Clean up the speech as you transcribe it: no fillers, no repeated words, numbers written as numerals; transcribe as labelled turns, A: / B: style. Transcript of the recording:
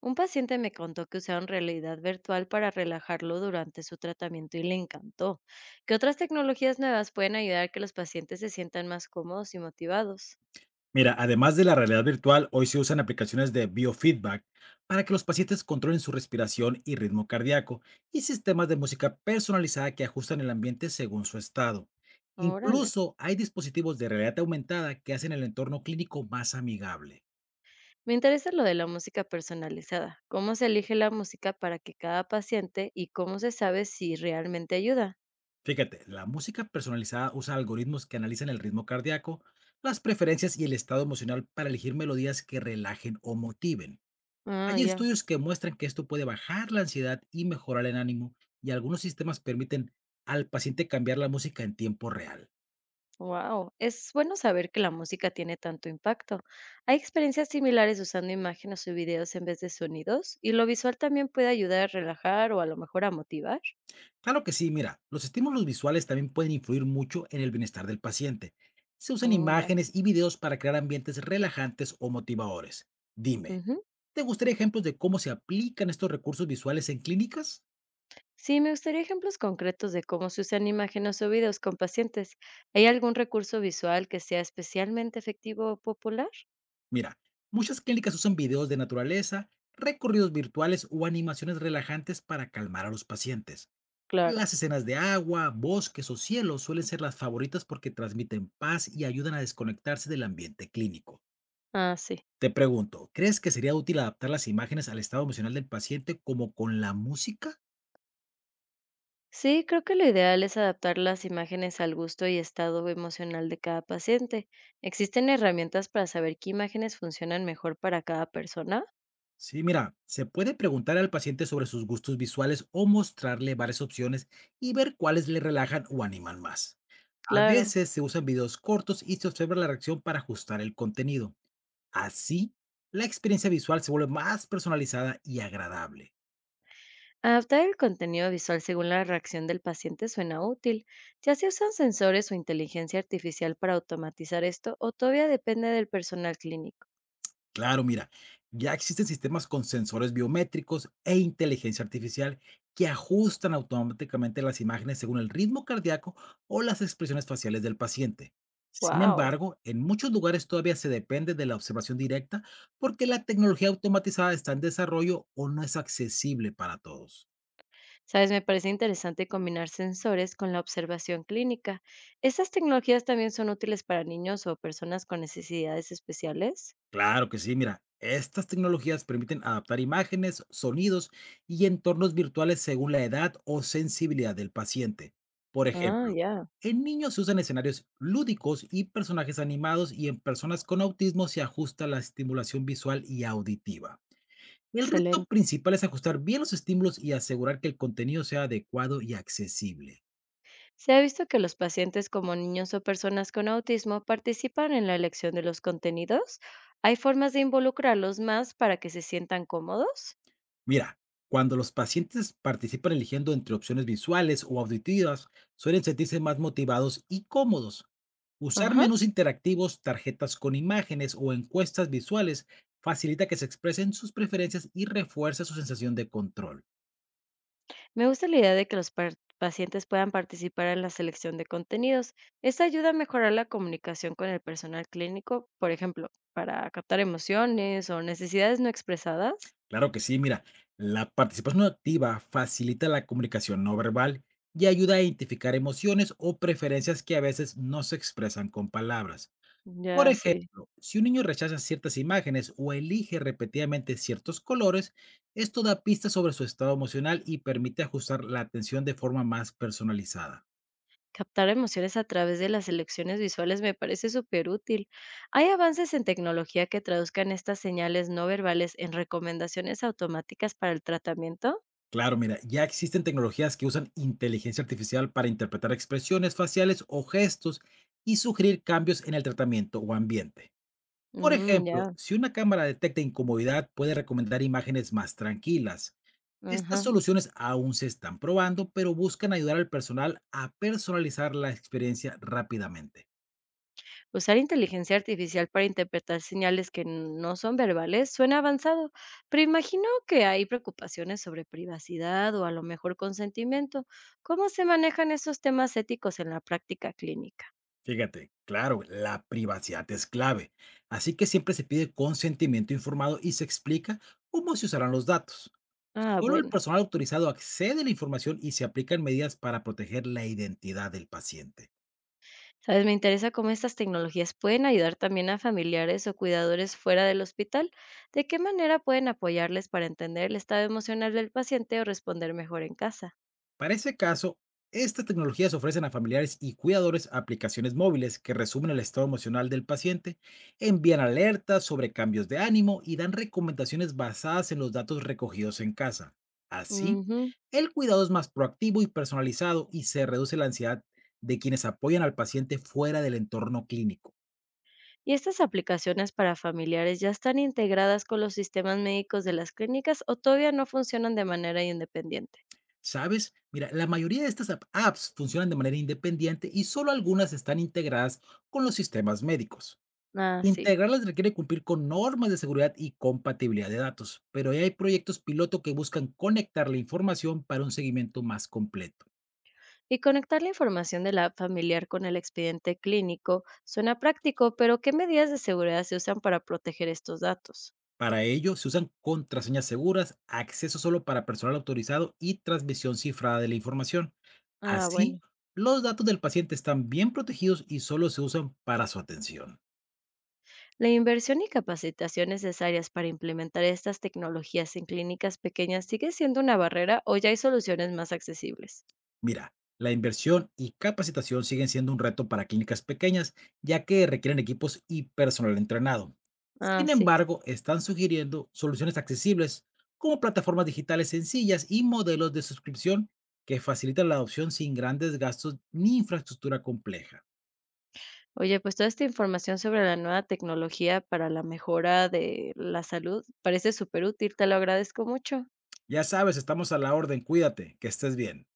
A: Un paciente me contó que usaron realidad virtual para relajarlo durante su tratamiento y le encantó. ¿Qué otras tecnologías nuevas pueden ayudar a que los pacientes se sientan más cómodos y motivados?
B: Mira, además de la realidad virtual, hoy se usan aplicaciones de biofeedback para que los pacientes controlen su respiración y ritmo cardíaco y sistemas de música personalizada que ajustan el ambiente según su estado.
A: Órale.
B: Incluso hay dispositivos de realidad aumentada que hacen el entorno clínico más amigable.
A: Me interesa lo de la música personalizada. ¿Cómo se elige la música para que cada paciente y cómo se sabe si realmente ayuda?
B: Fíjate, la música personalizada usa algoritmos que analizan el ritmo cardíaco, las preferencias y el estado emocional para elegir melodías que relajen o motiven.
A: Ah,
B: Hay
A: ya.
B: estudios que muestran que esto puede bajar la ansiedad y mejorar el ánimo, y algunos sistemas permiten al paciente cambiar la música en tiempo real.
A: Wow, es bueno saber que la música tiene tanto impacto. Hay experiencias similares usando imágenes o videos en vez de sonidos, y lo visual también puede ayudar a relajar o a lo mejor a motivar.
B: Claro que sí, mira, los estímulos visuales también pueden influir mucho en el bienestar del paciente. Se usan
A: Mm, ya.
B: imágenes y videos para crear ambientes relajantes o motivadores. Dime,
A: Ujú.
B: ¿te gustaría ejemplos de cómo se aplican estos recursos visuales en clínicas?
A: Sí, me gustaría ejemplos concretos de cómo se usan imágenes o videos con pacientes. ¿Hay algún recurso visual que sea especialmente efectivo o popular?
B: Mira, muchas clínicas usan videos de naturaleza, recorridos virtuales o animaciones relajantes para calmar a los pacientes.
A: Claro.
B: Las escenas de agua, bosques o cielos suelen ser las favoritas porque transmiten paz y ayudan a desconectarse del ambiente clínico.
A: Ah, sí.
B: Te pregunto, ¿crees que sería útil adaptar las imágenes al estado emocional del paciente como con la música?
A: Sí, creo que lo ideal es adaptar las imágenes al gusto y estado emocional de cada paciente. ¿Existen herramientas para saber qué imágenes funcionan mejor para cada persona?
B: Sí, mira, se puede preguntar al paciente sobre sus gustos visuales o mostrarle varias opciones y ver cuáles le relajan o animan más. A
A: Claro.
B: veces se usan videos cortos y se observa la reacción para ajustar el contenido. Así, la experiencia visual se vuelve más personalizada y agradable.
A: Adaptar el contenido visual según la reacción del paciente suena útil. ¿Ya se usan sensores o inteligencia artificial para automatizar esto o todavía depende del personal clínico?
B: Claro, mira, ya existen sistemas con sensores biométricos e inteligencia artificial que ajustan automáticamente las imágenes según el ritmo cardíaco o las expresiones faciales del paciente. Sin
A: Wow.
B: embargo, en muchos lugares todavía se depende de la observación directa porque la tecnología automatizada está en desarrollo o no es accesible para todos.
A: Sabes, me parece interesante combinar sensores con la observación clínica. ¿Estas tecnologías también son útiles para niños o personas con necesidades especiales?
B: Claro que sí, mira, estas tecnologías permiten adaptar imágenes, sonidos y entornos virtuales según la edad o sensibilidad del paciente. Por
A: Ah,
B: ejemplo,
A: ya,
B: en niños se usan escenarios lúdicos y personajes animados y en personas con autismo se ajusta la estimulación visual y auditiva. El reto
A: excelente.
B: principal es ajustar bien los estímulos y asegurar que el contenido sea adecuado y accesible.
A: Se ha visto que los pacientes como niños o personas con autismo participan en la elección de los contenidos. ¿Hay formas de involucrarlos más para que se sientan cómodos?
B: Mira, cuando los pacientes participan eligiendo entre opciones visuales o auditivas, suelen sentirse más motivados y cómodos. Usar
A: Ajá.
B: menús interactivos, tarjetas con imágenes o encuestas visuales facilita que se expresen sus preferencias y refuerza su sensación de control.
A: Me gusta la idea de que los pacientes puedan participar en la selección de contenidos. Esto ayuda a mejorar la comunicación con el personal clínico, por ejemplo, para captar emociones o necesidades no expresadas.
B: Claro que sí, mira, la participación activa facilita la comunicación no verbal y ayuda a identificar emociones o preferencias que a veces no se expresan con palabras. Por
A: Ya, sí.
B: ejemplo, si un niño rechaza ciertas imágenes o elige repetidamente ciertos colores, esto da pistas sobre su estado emocional y permite ajustar la atención de forma más personalizada.
A: Captar emociones a través de las elecciones visuales me parece súper útil. ¿Hay avances en tecnología que traduzcan estas señales no verbales en recomendaciones automáticas para el tratamiento?
B: Claro, mira, ya existen tecnologías que usan inteligencia artificial para interpretar expresiones faciales o gestos y sugerir cambios en el tratamiento o ambiente. Por
A: Mm,
B: ejemplo,
A: ya.
B: si una cámara detecta incomodidad, puede recomendar imágenes más tranquilas. Estas
A: Ajá.
B: soluciones aún se están probando, pero buscan ayudar al personal a personalizar la experiencia rápidamente.
A: Usar inteligencia artificial para interpretar señales que no son verbales suena avanzado, pero imagino que hay preocupaciones sobre privacidad o a lo mejor consentimiento. ¿Cómo se manejan esos temas éticos en la práctica clínica?
B: Fíjate, claro, la privacidad es clave, así que siempre se pide consentimiento informado y se explica cómo se usarán los datos.
A: Ah,
B: Solo el
A: bueno.
B: personal autorizado accede a la información y se aplican medidas para proteger la identidad del paciente.
A: Sabes, me interesa cómo estas tecnologías pueden ayudar también a familiares o cuidadores fuera del hospital. ¿De qué manera pueden apoyarles para entender el estado emocional del paciente o responder mejor en casa?
B: Para ese caso, estas tecnologías ofrecen a familiares y cuidadores aplicaciones móviles que resumen el estado emocional del paciente, envían alertas sobre cambios de ánimo y dan recomendaciones basadas en los datos recogidos en casa. Así,
A: Ujú.
B: el cuidado es más proactivo y personalizado y se reduce la ansiedad de quienes apoyan al paciente fuera del entorno clínico.
A: ¿Y estas aplicaciones para familiares ya están integradas con los sistemas médicos de las clínicas o todavía no funcionan de manera independiente?
B: ¿Sabes? Mira, la mayoría de estas apps funcionan de manera independiente y solo algunas están integradas con los sistemas médicos.
A: Ah, sí.
B: Integrarlas requiere cumplir con normas de seguridad y compatibilidad de datos, pero ya hay proyectos piloto que buscan conectar la información para un seguimiento más completo.
A: Y conectar la información de la app familiar con el expediente clínico suena práctico, pero ¿qué medidas de seguridad se usan para proteger estos datos?
B: Para ello, se usan contraseñas seguras, acceso solo para personal autorizado y transmisión cifrada de la información.
A: Ah,
B: Así,
A: bueno.
B: los datos del paciente están bien protegidos y solo se usan para su atención.
A: La inversión y capacitación necesarias para implementar estas tecnologías en clínicas pequeñas sigue siendo una barrera o ya hay soluciones más accesibles.
B: Mira, la inversión y capacitación siguen siendo un reto para clínicas pequeñas, ya que requieren equipos y personal entrenado.
A: Ah,
B: Sin
A: sí.
B: embargo, están sugiriendo soluciones accesibles como plataformas digitales sencillas y modelos de suscripción que facilitan la adopción sin grandes gastos ni infraestructura compleja.
A: Oye, pues toda esta información sobre la nueva tecnología para la mejora de la salud parece súper útil, te lo agradezco mucho.
B: Ya sabes, estamos a la orden. Cuídate, que estés bien.